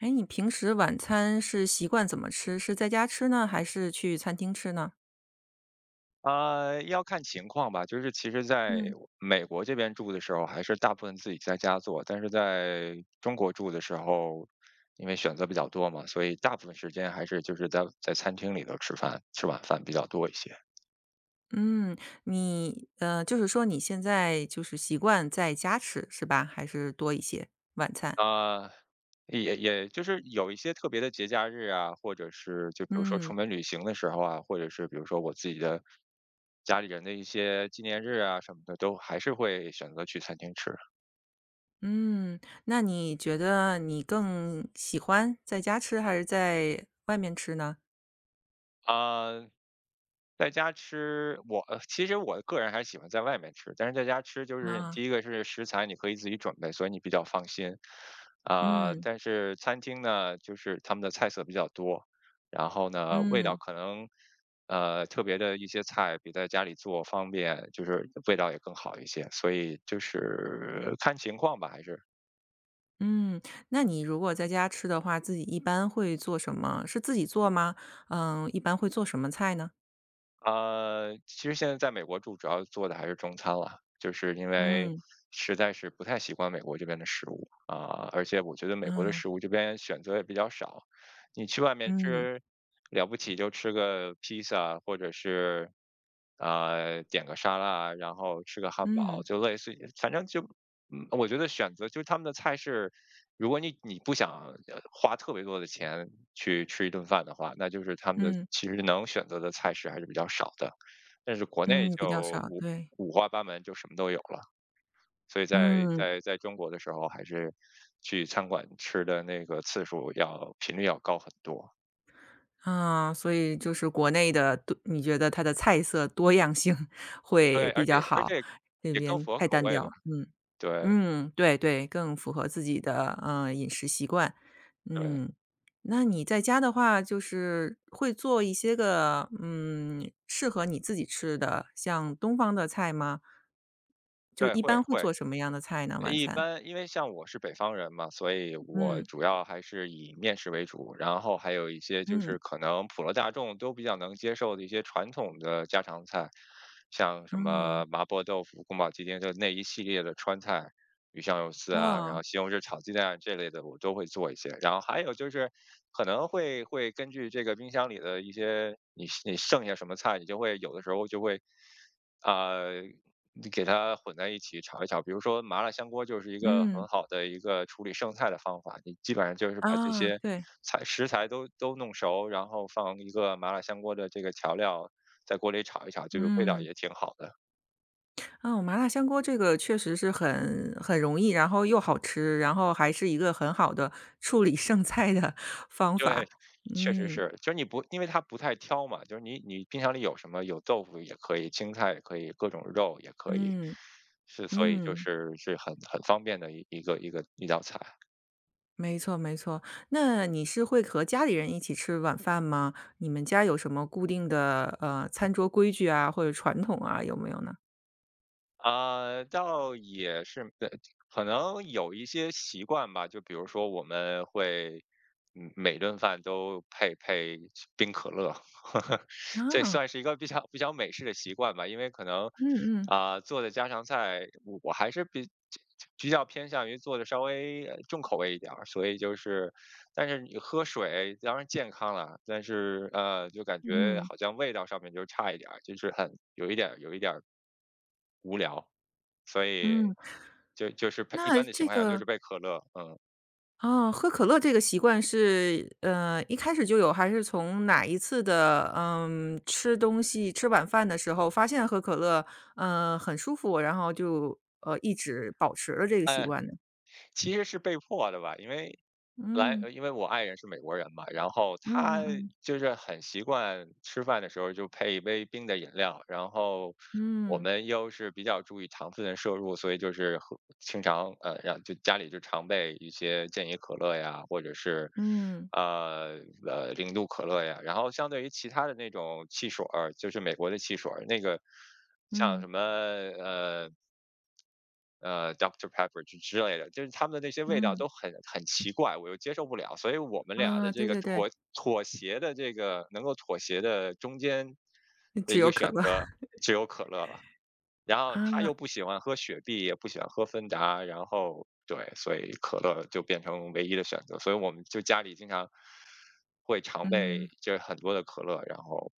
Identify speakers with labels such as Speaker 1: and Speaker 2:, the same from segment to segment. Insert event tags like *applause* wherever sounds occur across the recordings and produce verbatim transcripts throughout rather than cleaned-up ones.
Speaker 1: 哎，你平时晚餐是习惯怎么吃？是在家吃呢，还是去餐厅吃呢？
Speaker 2: 呃，要看情况吧。就是其实在
Speaker 1: 嗯。
Speaker 2: 美国这边住的时候，还是大部分自己在家做，但是在中国住的时候，因为选择比较多嘛，所以大部分时间还是就是在在餐厅里头吃饭，吃晚饭比较多一些。
Speaker 1: 嗯，你呃，就是说你现在就是习惯在家吃是吧？还是多一些晚餐？
Speaker 2: 啊、也也就是有一些特别的节假日啊，或者是就比如说出
Speaker 1: 嗯
Speaker 2: 门旅行的时候啊，或者是比如说我自己的家里人的一些纪念日啊什么的，都还是会选择去餐厅吃。
Speaker 1: 嗯，那你觉得你更喜欢在家吃还是在外面吃呢？
Speaker 2: 啊、在家吃，我呃其实我个人还是喜欢在外面吃，但是在家吃就是
Speaker 1: 啊，
Speaker 2: 第一个是食材你可以自己准备，所以你比较放心，啊、
Speaker 1: 嗯
Speaker 2: 但是餐厅呢，就是他们的菜色比较多，然后呢味道
Speaker 1: 嗯
Speaker 2: 可能，呃特别的一些菜比在家里做方便，就是味道也更好一些，所以就是看情况吧，还是。
Speaker 1: 嗯，那你如果在家吃的话，自己一般会做什么？是自己做吗？嗯，一般会做什么菜呢？
Speaker 2: 呃，其实现在在美国住，主要做的还是中餐了，就是因为
Speaker 1: 嗯
Speaker 2: 实在是不太习惯美国这边的食物啊，而且我觉得美国的
Speaker 1: 嗯。
Speaker 2: 食物这边选择也比较少，你去外面
Speaker 1: 嗯，
Speaker 2: 吃，了不起就吃个披萨，或者是呃点个沙拉，然后吃个汉堡，
Speaker 1: 嗯，
Speaker 2: 就类似于，反正就嗯，我觉得选择就是他们的菜式，如果你你不想呃花特别多的钱去吃一顿饭的话，那就是他们的
Speaker 1: 嗯，
Speaker 2: 其实能选择的菜式还是比较少的。但是国内
Speaker 1: 嗯，比较
Speaker 2: 就
Speaker 1: 少，
Speaker 2: 五
Speaker 1: 对，
Speaker 2: 五花八门，就什么都有了。所以在
Speaker 1: 嗯，
Speaker 2: 在在中国的时候，还是去餐馆吃的那个次数要频率要高很多。
Speaker 1: 啊，所以就是国内的多你觉得它的菜色多样性 *laughs*
Speaker 2: 对，
Speaker 1: 会
Speaker 2: 而
Speaker 1: 比
Speaker 2: 且
Speaker 1: 较
Speaker 2: 而
Speaker 1: 好，
Speaker 2: 且
Speaker 1: 这
Speaker 2: 也更
Speaker 1: 边
Speaker 2: 符合
Speaker 1: 太
Speaker 2: 口
Speaker 1: 单
Speaker 2: 味吧。
Speaker 1: 调，嗯，
Speaker 2: 对
Speaker 1: 嗯，对对，更符合自己的，嗯饮食习惯，
Speaker 2: 对
Speaker 1: 嗯。那你在家的话，就是会做一些个，嗯，适合你自己吃的，像东方的菜吗？就
Speaker 2: 对，
Speaker 1: 一
Speaker 2: 会
Speaker 1: 般会
Speaker 2: 会。
Speaker 1: 做什么样的菜呢，晚
Speaker 2: 一
Speaker 1: 餐？
Speaker 2: 般因为像我是北方人嘛，所以我
Speaker 1: 嗯，
Speaker 2: 主要还是以面食为主，然后还有一些就是
Speaker 1: 嗯，
Speaker 2: 可能普罗大众都比较能接受的一些传统的家常菜，像什么
Speaker 1: 嗯。
Speaker 2: 麻婆豆腐、宫保鸡丁，就那一系列的川菜，鱼香肉丝啊，然
Speaker 1: 哇，
Speaker 2: 后西红柿炒鸡蛋这类的我都会做一些。然后还有就是可能会会根据这个冰箱里的一些你你剩下什么菜，你就会有的时候就会。啊、你给它混在一起炒一炒。比如说麻辣香锅就是一个很
Speaker 1: 嗯，
Speaker 2: 好的一个处理剩菜的方法，你基本上就是把这
Speaker 1: 啊，
Speaker 2: 些
Speaker 1: 对，
Speaker 2: 材食材都都弄熟，然后放一个麻辣香锅的这个调料在锅里炒一炒，这个味道
Speaker 1: 嗯，
Speaker 2: 也挺好的。
Speaker 1: 啊，麻辣香锅这个确实是很很容易，然后又好吃，然后还是一个很好的处理剩菜的 *laughs* 方
Speaker 2: 对，
Speaker 1: 法。
Speaker 2: 确实
Speaker 1: 嗯，
Speaker 2: 是，就是你不因为它不太挑嘛，就是你你冰箱里有什么，有豆腐也可以，青菜也可以，各种肉也可以，
Speaker 1: 嗯，
Speaker 2: 是所以就
Speaker 1: 嗯，
Speaker 2: 是是很很方便的一一个一个一道菜。
Speaker 1: 没错没错。那你是会和家里人一起吃晚饭吗？你们家有什么固定的，呃，餐桌规矩啊，或者传统啊，有没有呢？
Speaker 2: 啊，倒也是，对，可能有一些习惯吧，就比如说我们会，嗯，每顿饭都配配冰可乐，*laughs* 这
Speaker 1: 啊，
Speaker 2: 算是一个比较比较美式的习惯吧。因为可能
Speaker 1: 嗯嗯，
Speaker 2: 啊、做的家常菜，我我还是比比较偏向于做的稍微呃重口味一点儿，所以就是，但是你喝水当然健康了，但是呃，就感觉
Speaker 1: 嗯，
Speaker 2: 好像味道上面就差一点儿，就是很有一点儿有一点儿无聊，所以
Speaker 1: 嗯，
Speaker 2: 就就是配一
Speaker 1: 那
Speaker 2: 般的情
Speaker 1: 这
Speaker 2: 况下就
Speaker 1: 个
Speaker 2: 是被可乐，嗯，
Speaker 1: 哦，喝可乐这个习惯是，呃，一开始就有，还是从哪一次的，嗯，吃东西吃晚饭的时候发现喝可乐，嗯，很舒服，然后就，呃，一直保持了这个习
Speaker 2: 哎，
Speaker 1: 惯呢？
Speaker 2: 其实是被迫的吧，因为来，
Speaker 1: 嗯，
Speaker 2: 呃因为我爱人是美国人嘛，然后他
Speaker 1: 嗯嗯嗯，
Speaker 2: 就是很习惯吃饭的时候就配一杯冰的饮料，然后我
Speaker 1: 嗯，
Speaker 2: 们又是比较注意糖分的摄入，所以就是喝经常呃，让就家里就常备一些健怡可乐呀，或者是
Speaker 1: 嗯，
Speaker 2: 呃呃零度可乐呀，然后相对于其他的那种汽水儿，就是美国的汽水儿，那个像
Speaker 1: 嗯，
Speaker 2: 什么呃。呃，Doctor Pepper 之之类的，就是他们的那些味道
Speaker 1: 嗯，
Speaker 2: 都很很奇怪，我又接受不了，所以我们俩的
Speaker 1: 啊，
Speaker 2: 这
Speaker 1: 对
Speaker 2: 个
Speaker 1: 对对，
Speaker 2: 妥妥协的这个能够妥协的中间的
Speaker 1: 只
Speaker 2: 一个
Speaker 1: 有可
Speaker 2: 选
Speaker 1: 乐
Speaker 2: 择
Speaker 1: *laughs*。
Speaker 2: 只有可乐了。然后他又
Speaker 1: 啊，
Speaker 2: 不喜欢喝雪碧，也不喜欢喝芬达，然后对，所以可乐就变成唯一的选择，所以我们就家里经常会常备
Speaker 1: 嗯，
Speaker 2: 就是很多的可乐，然后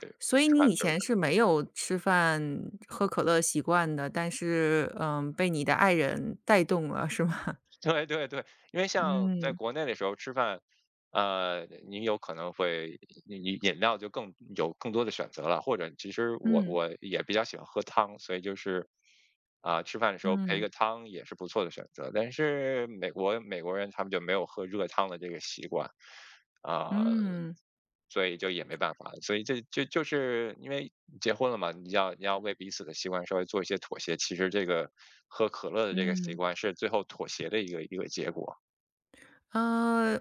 Speaker 2: 对吃
Speaker 1: 所以
Speaker 2: 饭
Speaker 1: 你
Speaker 2: 的
Speaker 1: 以
Speaker 2: 时候
Speaker 1: 前是没有吃饭喝可乐习惯的，但是，嗯，被你的爱人带动了，是吗？
Speaker 2: *laughs* 对对对，因为
Speaker 1: *laughs*
Speaker 2: 像在
Speaker 1: 嗯。
Speaker 2: 国内的时候吃饭，呃，你有可能会你你饮料就更有更多的选择了，或者其实我
Speaker 1: 嗯
Speaker 2: 我也比较喜欢喝汤，所以就是啊、吃饭的时候配一
Speaker 1: 嗯
Speaker 2: 个汤也是不错的选择。但是美国美国人他们就没有喝热汤的这个习惯啊、
Speaker 1: 嗯
Speaker 2: 所以就也没办法，所以这就就是因为结婚了嘛，你要你要为彼此的习惯稍微做一些妥协。其实这个喝可乐的这个习
Speaker 1: 嗯，
Speaker 2: 惯是最后妥协的一个一个结果。
Speaker 1: 呃，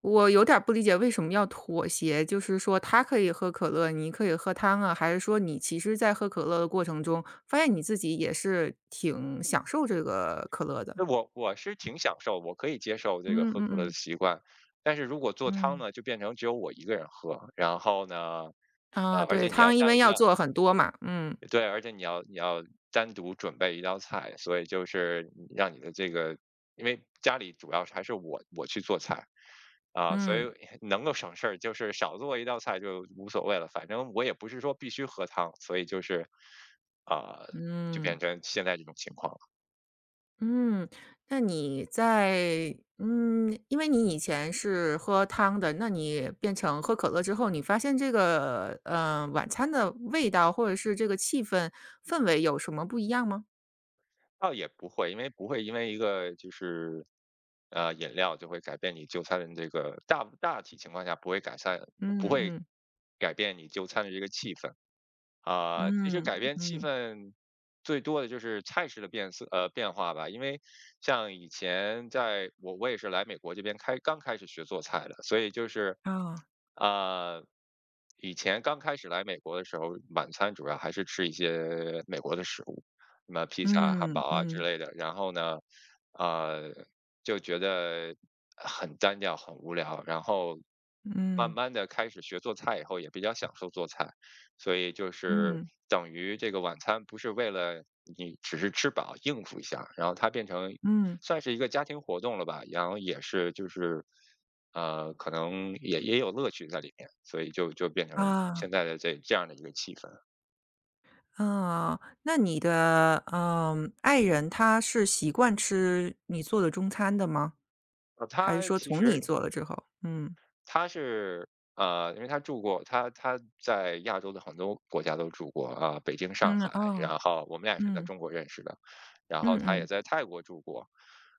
Speaker 1: 我有点儿不理解为什么要妥协，就是说他可以喝可乐，你可以喝汤啊，还是说你其实在喝可乐的过程中，发现你自己也是挺享受这个可乐的？
Speaker 2: 那我我是挺享受，我可以接受这个
Speaker 1: 嗯嗯
Speaker 2: 喝可乐的
Speaker 1: 嗯
Speaker 2: 习惯，但是如果做汤
Speaker 1: 嗯，
Speaker 2: 呢，就变成只有我一个人喝，然后呢，呃，
Speaker 1: 啊，
Speaker 2: 而
Speaker 1: 对，
Speaker 2: 且你要
Speaker 1: 汤因
Speaker 2: 带
Speaker 1: 为要做很多嘛，嗯
Speaker 2: 对，而且你要你要单独准备一道菜，所以就是你让你的这个，因为家里主要是还是我我去做菜，啊，所
Speaker 1: 嗯
Speaker 2: 以能够省事儿就是少做一道菜就无所谓了，反正我也不是说必须喝汤，所以就是，啊、就变
Speaker 1: 嗯。
Speaker 2: 成现在这种情况了。
Speaker 1: 嗯，那你在嗯，因为你以前是喝汤的，那你变成喝可乐之后，你发现这个，呃，晚餐的味道或者是这个气氛氛围有什么不一样吗？
Speaker 2: 倒也不会，因为不会因为一个就是呃饮料就会改变你就餐的这个大大体情况下不会改善，不
Speaker 1: 嗯
Speaker 2: 会
Speaker 1: 嗯
Speaker 2: 改变你就餐的这个气氛。啊，其实
Speaker 1: 嗯
Speaker 2: 改变气
Speaker 1: 嗯，
Speaker 2: 氛最多的就是菜式的变色呃变化吧，因为像以前在我我也是来美国这边开刚开始学做菜的，所以就是
Speaker 1: 啊，
Speaker 2: 呃以前刚开始来美国的时候，晚餐主要还是吃一些美国的食物，什么披萨、汉
Speaker 1: 嗯
Speaker 2: 堡啊之
Speaker 1: 嗯
Speaker 2: 类的，然后呢，呃就觉得很单调、很无聊，然后慢
Speaker 1: 嗯
Speaker 2: 慢的开始学做菜以后，也比较享受做菜。所以就是
Speaker 1: 嗯
Speaker 2: 等于这个晚餐不是为了你只是吃饱应付一下，然后它变成
Speaker 1: 嗯，
Speaker 2: 算是一个家庭活动了吧，然后也是就是，呃，可能也也有乐趣在里面，所以就就变成
Speaker 1: 啊
Speaker 2: 现在的这这样的一个气氛。
Speaker 1: 啊，那你的，嗯，爱人他是习惯吃你做的中餐的吗？
Speaker 2: 呃，
Speaker 1: 还是
Speaker 2: 它
Speaker 1: 说
Speaker 2: 其
Speaker 1: 从
Speaker 2: 实
Speaker 1: 你做了之后？嗯
Speaker 2: 他是呃，因为他住过，他他在亚洲的很多国家都住过啊、北京、上
Speaker 1: 嗯，
Speaker 2: 海，
Speaker 1: 啊。
Speaker 2: 然后我们俩是在
Speaker 1: 嗯，
Speaker 2: 中国认识的，然后
Speaker 1: 嗯
Speaker 2: 他也
Speaker 1: 嗯，
Speaker 2: 在泰国住过，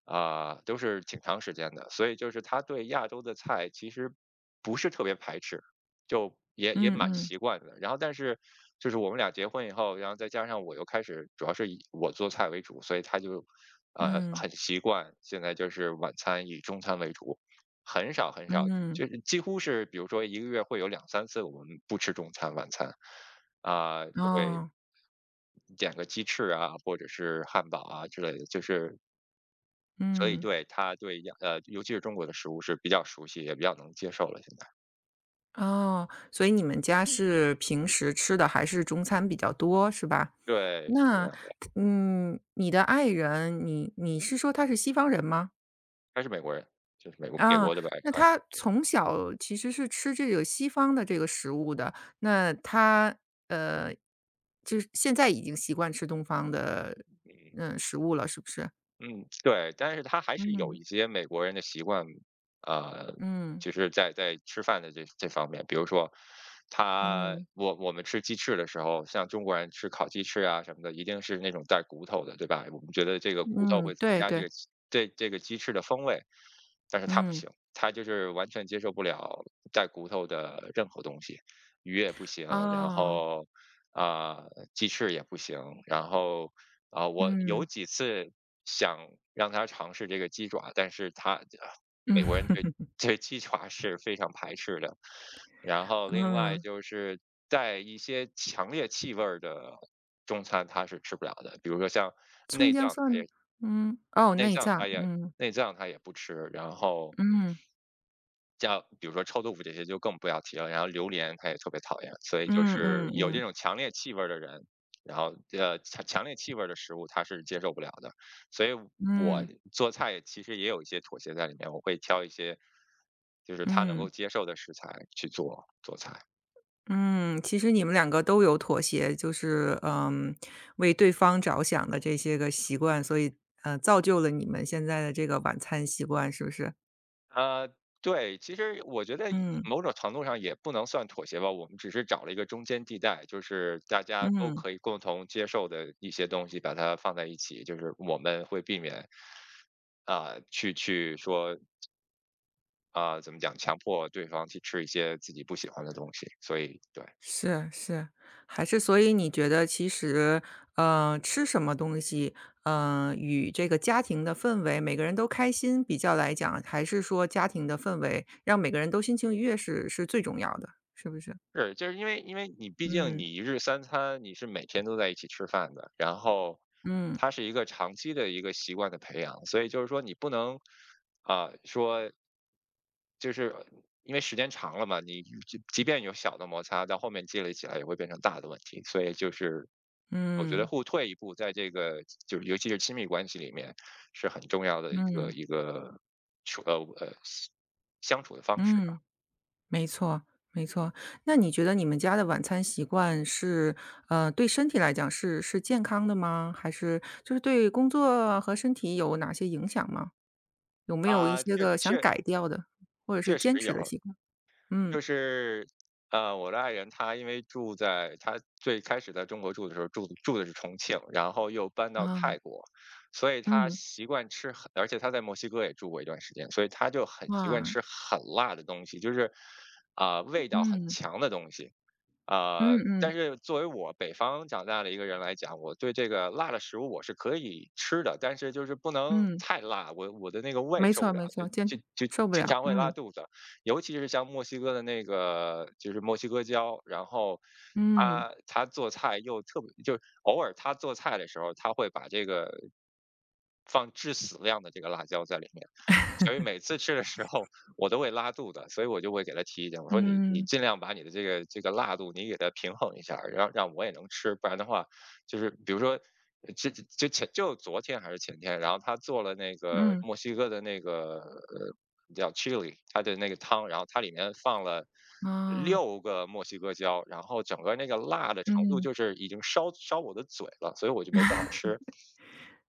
Speaker 2: 啊、都是挺长时间的，所以就是他对亚洲的菜其实不是特别排斥，就也也
Speaker 1: 嗯
Speaker 2: 蛮
Speaker 1: 嗯，
Speaker 2: 习惯的。然后但是就是我们俩结婚以后，然后再加上我又开始主要是以我做菜为主，所以他就呃
Speaker 1: 嗯，
Speaker 2: 很习惯现在就是晚餐以中餐为主。很少很少，
Speaker 1: 嗯，
Speaker 2: 就是几乎是比如说一个月会有两三次我们不吃中餐、晚餐，啊，就会
Speaker 1: 哦，
Speaker 2: 点个鸡翅啊，或者是汉堡啊之类的，就是所以
Speaker 1: 嗯，
Speaker 2: 对，他对亚呃，尤其是中国的食物是比较熟悉，也比较能接受了现在。
Speaker 1: 哦，所以你们家是平时吃的还是中餐比较多，是吧？
Speaker 2: 对，是这
Speaker 1: 那，
Speaker 2: 样，
Speaker 1: 嗯，你的爱人，你你是说他是西方人吗？
Speaker 2: 他是美国人，就是美国美
Speaker 1: 啊，
Speaker 2: 国的白人
Speaker 1: 那
Speaker 2: 啊。
Speaker 1: 他从小其实是吃这个西方的这个食物的，那他，呃，就是现在已经习惯吃东方的，嗯，食物了，是不是？
Speaker 2: 嗯，对，但是他还是有
Speaker 1: 嗯，
Speaker 2: 一些美国人的习惯，呃，
Speaker 1: 嗯，
Speaker 2: 就是在在吃饭的这这方面，比如说他
Speaker 1: 嗯，
Speaker 2: 我我们吃鸡翅的时候，像中国人吃烤鸡翅啊什么的，一定是那种带骨头的，对吧？我们觉得这个骨头
Speaker 1: 嗯，
Speaker 2: 会增
Speaker 1: 对
Speaker 2: 加这
Speaker 1: 对。
Speaker 2: 个鸡这这个鸡翅的风味，但是他不
Speaker 1: 嗯
Speaker 2: 行，他就是完全接受不了带骨头的任何东西，鱼也不行，然
Speaker 1: 啊，
Speaker 2: 后啊、鸡翅也不行，然后啊，我有
Speaker 1: 嗯
Speaker 2: 几次想让他尝试这个鸡爪，但是他啊美国人
Speaker 1: 嗯
Speaker 2: 对对鸡爪是非常排斥的。然后另外
Speaker 1: 嗯，
Speaker 2: 就是带一些强烈气味儿的中餐，他是吃不了的，比如说像
Speaker 1: 葱
Speaker 2: 内
Speaker 1: 姜
Speaker 2: 脏，
Speaker 1: 蒜
Speaker 2: 他也
Speaker 1: 呢음어
Speaker 2: 内
Speaker 1: 내
Speaker 2: 脏他
Speaker 1: 장
Speaker 2: 也
Speaker 1: 음
Speaker 2: 内脏他也不吃，然后
Speaker 1: 음
Speaker 2: 像比如说臭豆腐这些就更不要提了，然后榴莲他也特别讨厌，所以就
Speaker 1: 嗯
Speaker 2: 是
Speaker 1: 嗯嗯
Speaker 2: 有这
Speaker 1: 嗯
Speaker 2: 种强烈气味儿的人，然后呃强强烈气味儿的食物他是接受不了的，所以我
Speaker 1: 嗯
Speaker 2: 做菜其实也有一些妥协在里面，我会挑一些就是他能够
Speaker 1: 嗯
Speaker 2: 接受的食材去做做菜。
Speaker 1: 嗯，其实你们两个都有妥协，就是，嗯，为对方着想的这些个习惯，所以，呃，造就了你们现在的这个晚餐习惯，是不是？
Speaker 2: 呃，对，其实我觉得
Speaker 1: 嗯，
Speaker 2: 某种程度上也不能算妥协吧，我们只是找了一个中间地带，就是大家都
Speaker 1: 嗯。
Speaker 2: 可以共同接受的一些东西，把它放在一起，就是我们会避免啊，去去说啊，怎么讲，强迫对方去吃一些自己不喜欢的东西，所以对，
Speaker 1: 是是，还是所以你觉得其实，呃，吃什么东西，呃，与这个家庭的氛围，每个人都开心比较来讲，还是说家庭的氛围让每个人都心情愉悦是是最重要的，是不是？
Speaker 2: 是就是因为因为你毕竟
Speaker 1: 嗯
Speaker 2: 你一日三餐你是每天都在一起吃饭的，然后
Speaker 1: 嗯
Speaker 2: 它是一个长期的一个习惯的培养，所以就是说你不能啊、说就是因为时间长了嘛，你即即便有小的摩擦，到后面积累起来也会变成大的问题，所以就是我觉得
Speaker 1: 嗯
Speaker 2: 互退一步，在这个就是尤其是亲密关系里面，是很重要的一个
Speaker 1: 嗯
Speaker 2: 一个处呃呃相处的方式吧。
Speaker 1: 嗯，没错没错。那你觉得你们家的晚餐习惯是，呃，对身体来讲是是健康的吗？还是就是对工作和身体有哪些影响吗？有没有一
Speaker 2: 啊，
Speaker 1: 些
Speaker 2: 确
Speaker 1: 个想
Speaker 2: 确
Speaker 1: 改掉的，或者是
Speaker 2: 确实
Speaker 1: 坚
Speaker 2: 有，
Speaker 1: 持的习惯？嗯，
Speaker 2: 就是，呃，我的爱人她因为住在她最开始在中国住的时候住住的是重庆，然后又搬到泰
Speaker 1: 啊，
Speaker 2: 国，所以她
Speaker 1: 嗯，
Speaker 2: 习惯吃很而且她在墨西哥也住过一段时间，所以她就很习惯
Speaker 1: 哇，
Speaker 2: 吃很辣的东西，就是，啊、呃味道很
Speaker 1: 嗯，
Speaker 2: 强的东西。
Speaker 1: 嗯
Speaker 2: 呃，但
Speaker 1: 嗯
Speaker 2: 是作为我北方长大的一个人来讲，我对这个辣的食物我是可以吃的，但是就是不能
Speaker 1: 嗯，
Speaker 2: 太辣，我我的那个胃
Speaker 1: 没
Speaker 2: 受不
Speaker 1: 错
Speaker 2: 了，
Speaker 1: 没错，
Speaker 2: 就
Speaker 1: 坚
Speaker 2: 就就
Speaker 1: 受不
Speaker 2: 经
Speaker 1: 了，
Speaker 2: 常会拉
Speaker 1: 嗯
Speaker 2: 肚子。尤其是像墨西哥的那个就是墨西哥椒，然后
Speaker 1: 嗯
Speaker 2: 他他做菜又特别就是偶尔他做菜的时候，他会把这个放致死量的这个辣椒在里面，所以每次吃的时候我都会拉肚子，所以我就会给他提意见，我说你你
Speaker 1: 嗯
Speaker 2: 尽量把你的这个这个辣度你给它平衡一下儿，让让我也能吃，不然的话就是比如说。呃这就前就昨天还是前天，然后他做了那个
Speaker 1: 嗯，
Speaker 2: 墨西哥的那个呃叫 chili，它的那个汤，然后它里面放了
Speaker 1: 啊，
Speaker 2: 六个墨西哥椒，然后整个那个辣的程度
Speaker 1: 嗯，
Speaker 2: 就是已经烧烧我的嘴了，所以我就没办法吃。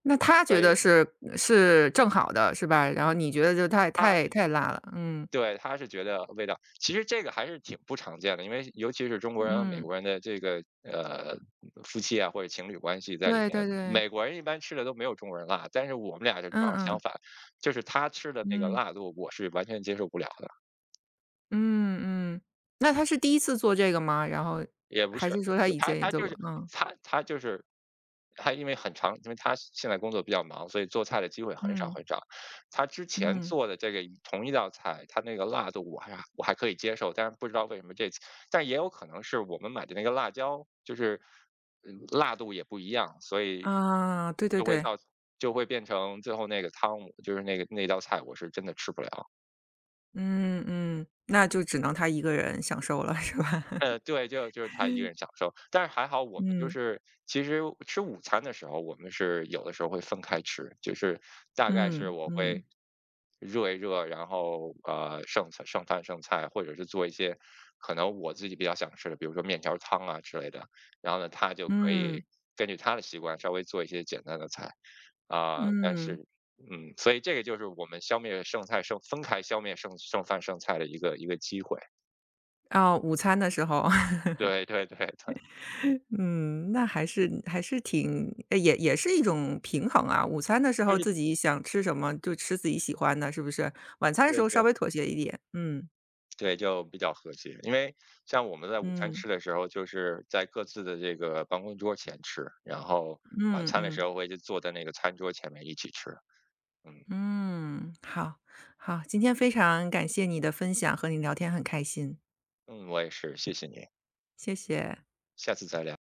Speaker 1: 那他
Speaker 2: 所
Speaker 1: 觉得
Speaker 2: 以
Speaker 1: 是是正好的，是吧？然后你觉得就太
Speaker 2: 他
Speaker 1: 太
Speaker 2: 是
Speaker 1: 太辣了，嗯
Speaker 2: 对，他是觉得味道，其实这个还是挺不常见的，因为尤其是中国人和美
Speaker 1: 嗯，
Speaker 2: 国人的这个呃夫妻啊或者情侣关系在里
Speaker 1: 对
Speaker 2: 面，
Speaker 1: 对对，
Speaker 2: 美国人一般吃的都没有中国人辣，但是我们俩就正
Speaker 1: 嗯
Speaker 2: 好相
Speaker 1: 嗯
Speaker 2: 反，就是他吃的那个
Speaker 1: 嗯
Speaker 2: 辣度我是完全接受不了的。
Speaker 1: 嗯嗯，那他是第一次做这个吗？然后
Speaker 2: 也不
Speaker 1: 还
Speaker 2: 是
Speaker 1: 是
Speaker 2: 也
Speaker 1: 说
Speaker 2: 不
Speaker 1: 他
Speaker 2: 是，
Speaker 1: 以
Speaker 2: 他
Speaker 1: 前也
Speaker 2: 他
Speaker 1: 做
Speaker 2: 就
Speaker 1: 过？
Speaker 2: 是
Speaker 1: 嗯
Speaker 2: 他他就是他因为很长因为他现在工作比较忙，所以做菜的机会很少
Speaker 1: 嗯
Speaker 2: 很少。他之前
Speaker 1: 嗯。
Speaker 2: 做的这个一同一道菜，他那个辣度我还我还可以接受，但是不知道为什么这次但也有可能是我们买的那个辣椒，就是嗯辣度也不一样，所以
Speaker 1: 啊，对对
Speaker 2: 就会
Speaker 1: 对，
Speaker 2: 造就会变成最后那个汤，就是那个那道菜我是真的吃不了。
Speaker 1: 嗯嗯，那就只能他一个人享受了，是吧？*laughs*
Speaker 2: 呃，对，就就是他一个人享受，但是还好我们就
Speaker 1: 嗯
Speaker 2: 是其实吃午餐的时候，我们是有的时候会分开吃，就是大概是
Speaker 1: 嗯
Speaker 2: 我
Speaker 1: 嗯
Speaker 2: 会热一热，然后呃剩菜剩饭剩菜，或者是做一些可能我自己比较想吃的，比如说面条汤啊之类的，然后呢他就可以
Speaker 1: 嗯
Speaker 2: 根据他的习惯稍微做一些简单的菜啊、但
Speaker 1: 嗯，
Speaker 2: 是。嗯，所以这个就是我们消灭剩菜剩分开消灭剩剩饭剩菜的一个一个机会。
Speaker 1: 哦，午餐的时候，*laughs*
Speaker 2: 对对对对，
Speaker 1: 嗯，那还是还是挺呃也也是一种平衡啊。午餐的时
Speaker 2: 就
Speaker 1: 候
Speaker 2: 是
Speaker 1: 自己想吃什么就吃自己喜欢的，是不是？晚餐的时
Speaker 2: 对，
Speaker 1: 候
Speaker 2: 就
Speaker 1: 稍微妥协一点，嗯
Speaker 2: 对，就比较和谐。因为像我们在午餐
Speaker 1: 嗯
Speaker 2: 吃的时候，就是在各自的这个办公桌前吃，然后晚
Speaker 1: 嗯
Speaker 2: 餐的时
Speaker 1: 嗯
Speaker 2: 候会就坐在那个餐桌前面一起吃。嗯
Speaker 1: 嗯，好好，今天非常感谢你的分享，和你聊天很开心，
Speaker 2: 嗯，我也是，谢谢你，
Speaker 1: 谢谢。
Speaker 2: 下次再聊。